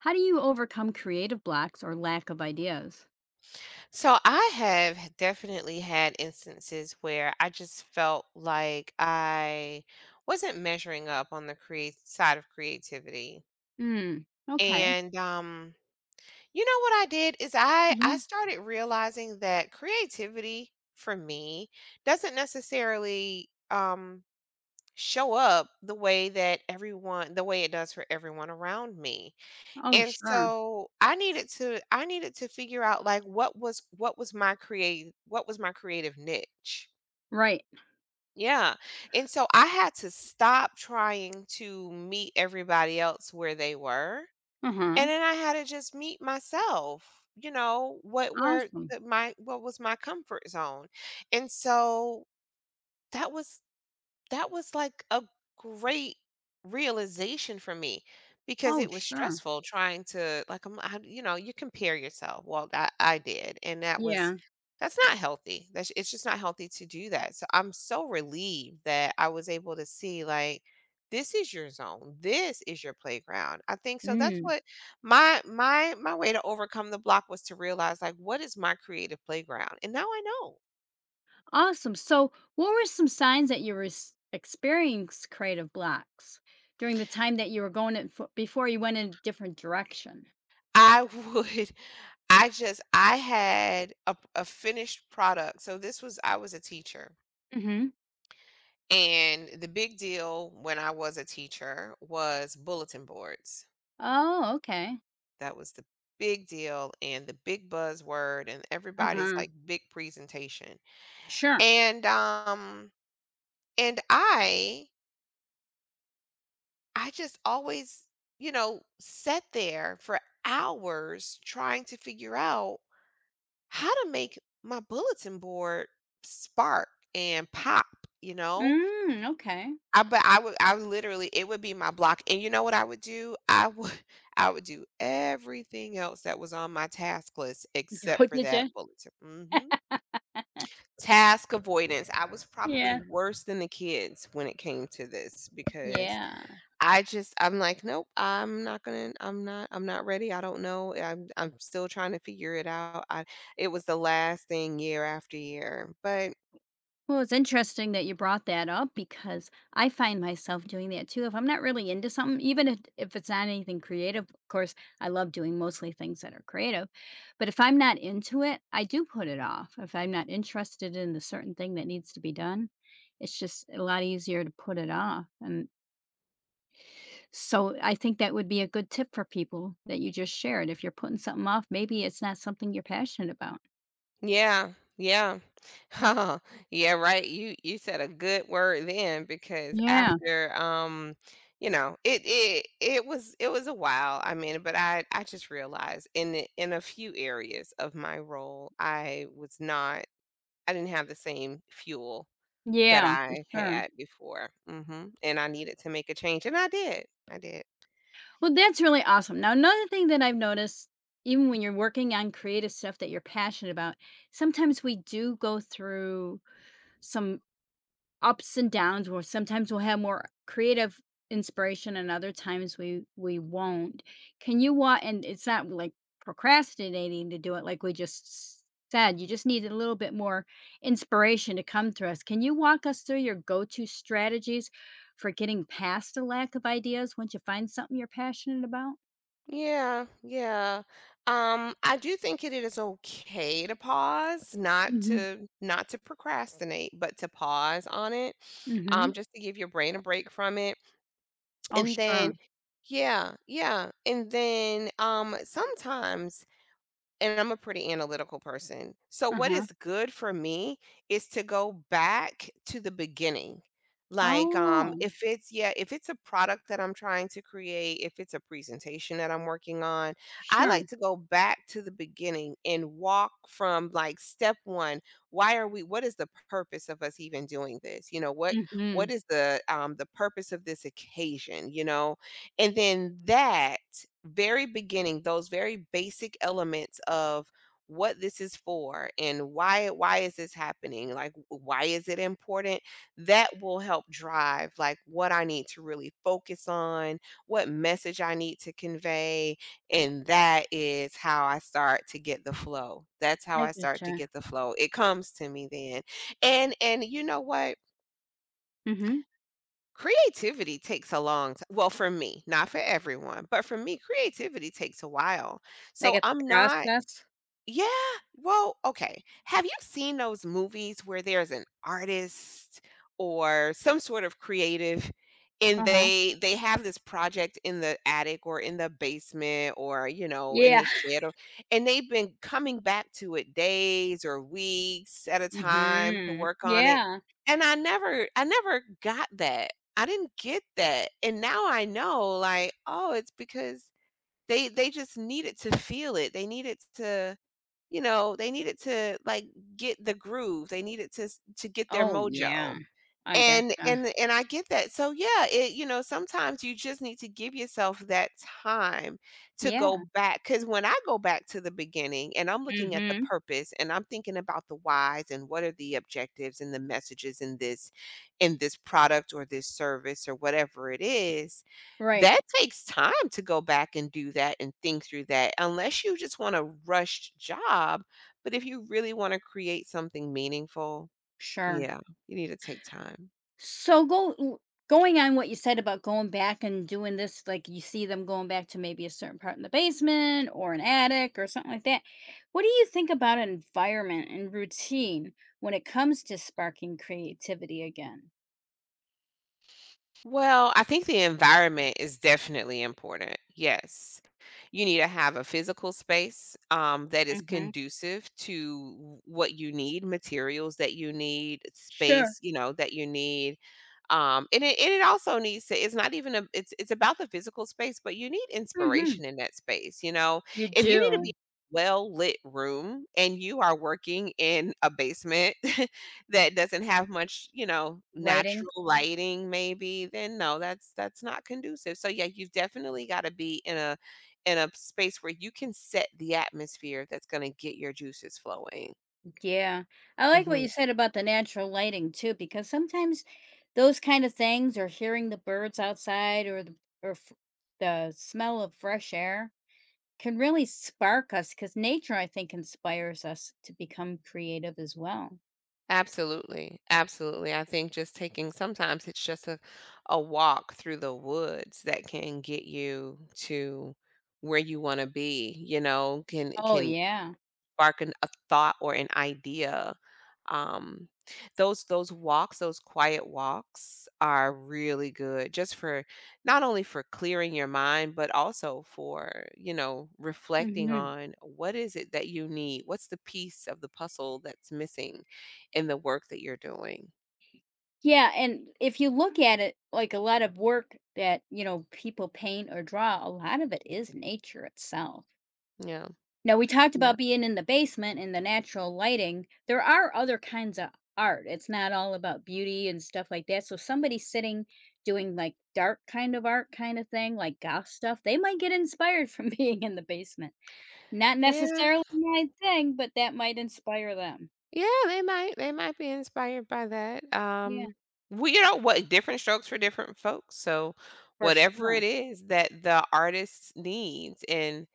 How do you overcome creative blocks or lack of ideas? So I have definitely had instances where I just felt like I wasn't measuring up on the create side of creativity. Mm, okay. And you know what I did is I Uh-huh. started realizing that creativity for me doesn't necessarily show up the way that everyone the way it does for everyone around me. Oh, And sure. so I needed to figure out like what was my creative niche. Right. Yeah. And so I had to stop trying to meet everybody else where they were. Uh-huh. And then I had to just meet myself, you know, Awesome. What was my comfort zone. And so that was that was like a great realization for me because Oh, it was sure. stressful trying to like I'm, I, you know You compare yourself. Well, I did and Yeah. that's not healthy. That's It's just not healthy to do that, so I'm so relieved that I was able to see like this is your zone, this is your playground. I think so. That's Mm. what my way to overcome the block was to realize like what is my creative playground and now I know. Awesome. So, what were some signs that you were experienced creative blocks during the time that you were going in before you went in a different direction? I would I had a finished product. So this was I was a teacher, Mm-hmm. and the big deal when I was a teacher was bulletin boards. Oh, okay. That was the big deal and the big buzzword and everybody's Uh-huh. like big presentation. Sure. And um and I just always, you know, sat there for hours trying to figure out how to make my bulletin board spark and pop, you know? Mm, okay. I but I would literally, it would be my block. And you know what I would do? I would I would do everything else that was on my task list Oh, except for did you? that bulletin. Mhm. Task avoidance. I was probably Yeah. worse than the kids when it came to this because Yeah. I'm like, "Nope, I'm not ready, I don't know, I'm still trying to figure it out." I it was the last thing year after year, but Well, it's interesting that you brought that up because I find myself doing that too. If I'm not really into something, even if it's not anything creative, of course, I love doing mostly things that are creative. But if I'm not into it, I do put it off. If I'm not interested in the certain thing that needs to be done, it's just a lot easier to put it off. And so I think that would be a good tip for people that you just shared. If you're putting something off, maybe it's not something you're passionate about. yeah, yeah. Yeah, right, you said a good word then because Yeah. after, you know, it was a while, I mean, but I just realized in the in a few areas of my role, I was not, I didn't have the same fuel that Yeah, for I sure. had before, mhm, and I needed to make a change, and I did, I did. Well, that's really awesome. Now, another thing that I've noticed, even when you're working on creative stuff that you're passionate about, sometimes we do go through some ups and downs where sometimes we'll have more creative inspiration and other times we won't. Can you want, and it's not like procrastinating to do it like we just said. You just need a little bit more inspiration to come through us. Can you walk us through your go-to strategies for getting past a lack of ideas once you find something you're passionate about? Yeah, yeah, I do think it is okay to pause, Mhm, not to procrastinate, but to pause on it, mhm. Just to give your brain a break from it, Oh, and then sure. yeah, yeah, and then, sometimes, and I'm a pretty analytical person. So what Uh-huh. is good for me is to go back to the beginning. Like Oh, if it's, yeah, if it's a product that I'm trying to create, if it's a presentation that I'm working on, I sure. like to go back to the beginning and walk from like step 1, why are we what is the purpose of us even doing this? You know, what Mhm. is the purpose of this occasion, you know? And then that very beginning, those very basic elements of what this is for and why is this happening? Like why is it important? That will help drive like what I need to really focus on, what message I need to convey, and that is how I start to get the flow. That's how I I start to gotcha. get the flow. It comes to me then. And you know what? Mhm. Creativity takes a long time. Well, for me, not for everyone, but for me, creativity takes a while. Like, So it's a I'm not, process. yeah. Well, okay. Have you seen those movies where there's an artist or some sort of creative and Uh-huh. they have this project in the attic or in the basement or you know in Yeah. the shed or, and they've been coming back to it days or weeks at a time to Mhm. work on it, Yeah. and I never got that, I didn't get that, and now I know like oh it's because they just needed to feel it, they needed to, you know, they needed to, like, get the groove, they needed to s to get their Oh, yeah. mojo. I And gotcha. I get that. So yeah, it you know, sometimes you just need to give yourself that time to go Yeah. back. Because when I go back to the beginning and I'm looking at the Mhm. purpose and I'm thinking about the whys and what are the objectives and the messages in this, in this product or this service or whatever it is, Right. that takes time to go back and do that and think through that, unless you just want a rushed job, but if you really wanna create something meaningful, Sure. yeah, you need to take time. So go w going on what you said about going back and doing this, like, you see them going back to maybe a certain part in the basement or an attic or something like that. What do you think about environment and routine when it comes to sparking creativity again? Well, I think the environment is definitely important. Yes. You need to have a physical space that is Mhm. conducive to what you need, materials that you need, Sure. space, you know, that you need. And it, and it also needs to, it's not even a, it's about the physical space, but you need Mhm. inspiration in that space. You know, You if you need to be do. well lit room and you are working in a basement that doesn't have much, you know, Lighting. natural lighting maybe, then no, that's not conducive. So yeah, you've definitely gotta be in a, in a space where you can set the atmosphere that's gonna get your juices flowing. Yeah. I like what Mhm. you said about the natural lighting too, because sometimes those kind of things or hearing the birds outside or the or f the smell of fresh air can really spark us because nature, I think, inspires us to become creative as well. Absolutely, absolutely. I think just taking, sometimes it's just a walk through the woods that can get you to where you wanna be, you know, Oh, can yeah. spark an, a thought or an idea. Um, those walks, those quiet walks, are really good just for, not only for clearing your mind, but also for you know reflecting Mhm. on what is it that you need. What's the piece of the puzzle that's missing in the work that you're doing? Yeah, and if you look at it, like, a lot of work that, you know, people paint or draw, a lot of it is nature itself. Yeah, Now, we talked yeah, about being in the basement and the natural lighting. There are other kinds of art. It's not all about beauty and stuff like that, so somebody sitting doing, like, dark kind of art kinda thing, like goth stuff, they might get inspired from being in the basement. Not yeah. necessarily my thing, but that might inspire them. Yeah, they might be inspired by that. Yeah, We, you know what, different strokes for different folks. So for whatever sure. it is that the artist needs, and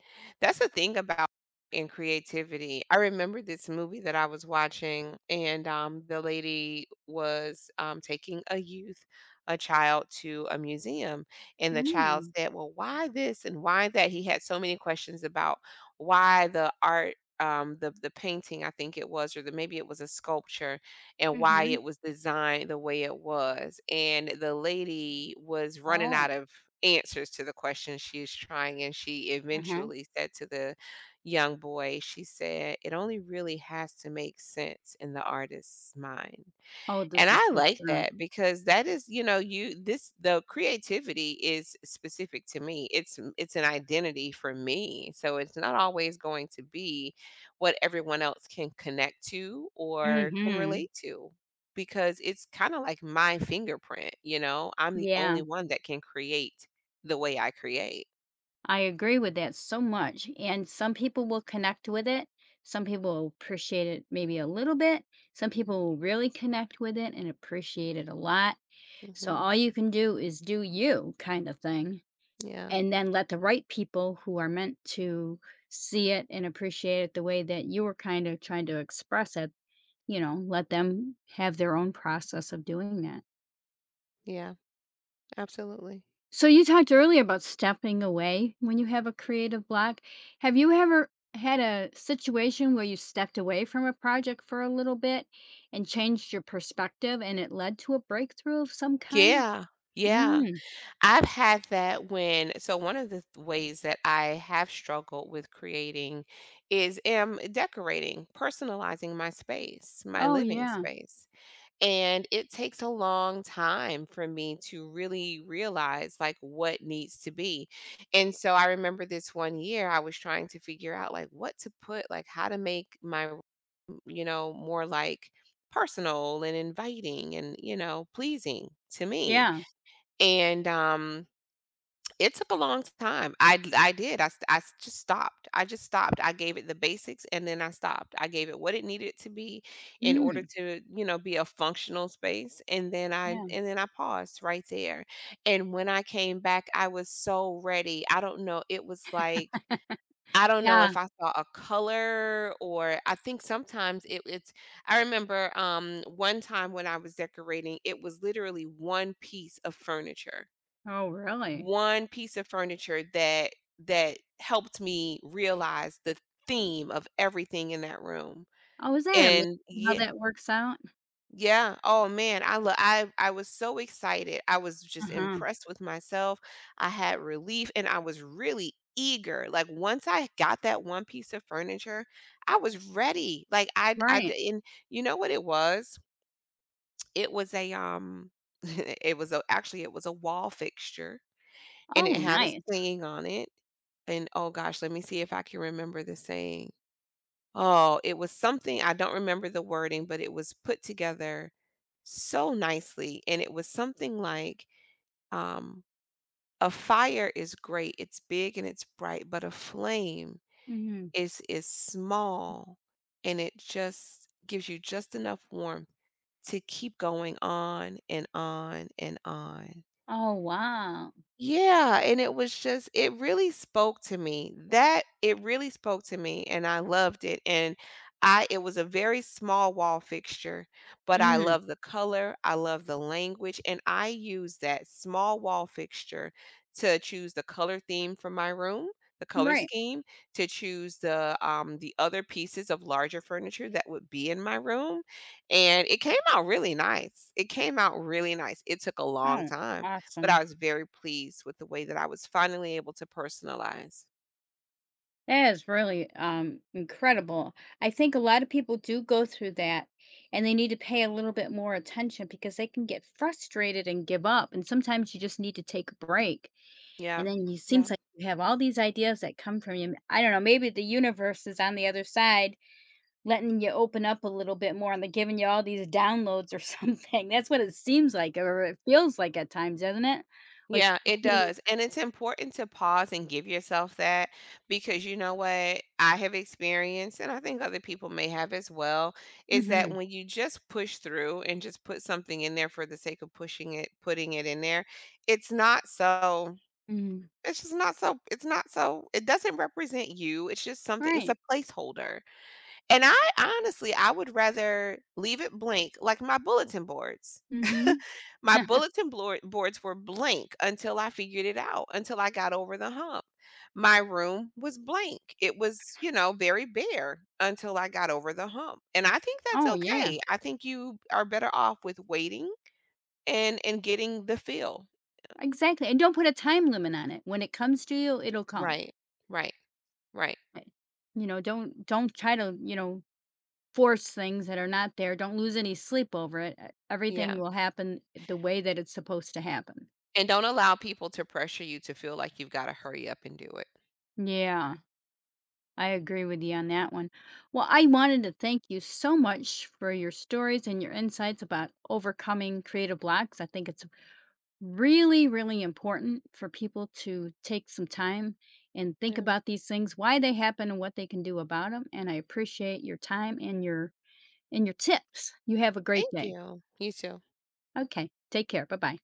that's the thing about in creativity. I remember this movie that I was watching, and the lady was taking a youth, a child to a museum, and the child Mm, said, "Well, why this and why that?" He had so many questions about why the art, the painting I think it was, or the, maybe it was a sculpture, and why mhm. it was designed the way it was, and the lady was running Oh, out of answers to the questions she's trying, and she uh-huh. eventually said to the young boy, she said it only really has to make sense in the artist's mind, Oh, and this is I so like true. that because that is, you know, you this the creativity is specific to me. It's an identity for me. So it's not always going to be what everyone else can connect to or can Mhm. relate to because it's kind of like my fingerprint, you know. I'm the Yeah, only one that can create the way I create. I agree with that so much, and some people will connect with it, some people will appreciate it maybe a little bit, some people will really connect with it and appreciate it a lot, so Mhm. all you can do is do you kind of thing. Yeah. And then let the right people who are meant to see it and appreciate it the way that you were kind of trying to express it, you know, let them have their own process of doing that. Yeah. Absolutely. So you talked earlier about stepping away when you have a creative block. Have you ever had a situation where you stepped away from a project for a little bit and changed your perspective and it led to a breakthrough of some kind? Yeah. Yeah. Mm. I've had that when, so one of the ways that I have struggled with creating is am decorating, personalizing my space, my Oh living yeah. space. And it takes a long time for me to really realize like what needs to be. And so I remember this one year I was trying to figure out like what to put, like how to make my, you know, more like personal and inviting and, you know, pleasing to me. Yeah. And It took a long time. I did. I st I s just stopped. I just stopped. I gave it the basics, and then I stopped. I gave it what it needed to be in order Mm. to, you know, be a functional space, and then Yeah. I paused right there, and when I came back, I was so ready. I don't know, it was like, I don't know Yeah. if I saw a color or, I think sometimes it's I remember, one time when I was decorating, it was literally 1 piece of furniture Oh really? one piece of furniture that that helped me realize the theme of everything in that room. Oh, is that And amazing how yeah, that works out? yeah. Oh man, I was so excited. I was just Uh-huh, impressed with myself. I had relief and I was really eager. Like once I got that one piece of furniture, I was ready. Like right. And you know what it was? It was a it was a, actually it was a wall fixture, and Oh, it had a nice. saying on it, and oh gosh, let me see if I can remember the saying. Oh, it was something, I don't remember the wording, but it was put together so nicely, and it was something like, um, "A fire is great, it's big and it's bright, but a flame Mhm. Is small, and it just gives you just enough warmth to keep going on and on and on." Oh, wow. Yeah, and it was just, it really spoke to me. That it really spoke to me and I loved it. And I, it was a very small wall fixture, but I Mm, love the color, I love the language, and I use that small wall fixture to choose the color theme for my room, the color right. scheme, to choose the other pieces of larger furniture that would be in my room. And it came out really nice. It came out really nice. It took a long Oh, time, but awesome. I was very pleased with the way that I was finally able to personalize. That is really, incredible. I think a lot of people do go through that, and they need to pay a little bit more attention because they can get frustrated and give up, and sometimes you just need to take a break, and Yeah. then you Yeah. seems like you have all these ideas that come from you. I don't know, maybe the universe is on the other side letting you open up a little bit more and they're giving you all these downloads or something. That's what it seems like or it feels like at times, doesn't it? Like Yeah, it's it getting. does. And it's important to pause and give yourself that, because you know what I have experienced, and I think other people may have as well, is that Mhm, when you just push through and just put something in there for the sake of pushing it, putting it in there, it's not so mhm. it's just not so, it doesn't represent you. It's just something, it's Right. a placeholder. And I honestly, I would rather leave it blank, like my bulletin boards. Mhm. My bulletin bloar boards were blank until I figured it out, until I got over the hump. My room was blank. It was, you know, very bare until I got over the hump. And I think that's Oh, yeah. okay. I think you are better off with waiting and getting the feel. Mm, Exactly, and don't put a time limit on it. When it comes to you, it'll come. right. Right. Right. Right. You know, don't try to, you know, force things that are not there. Don't lose any sleep over it. E Yeah. Everything will happen the way that it's supposed to happen. And don't allow people to pressure you to feel like you've got to hurry up and do it. Yeah. I agree with you on that one. Well, I wanted to thank you so much for your stories and your insights about overcoming creative blocks. I think it's really, really important for people to take some time and think Yeah. about these things, why they happen and what they can do about them. And I appreciate your time and your tips. You have a great Thank day. you. You too. Okay. Take care. Bye-bye.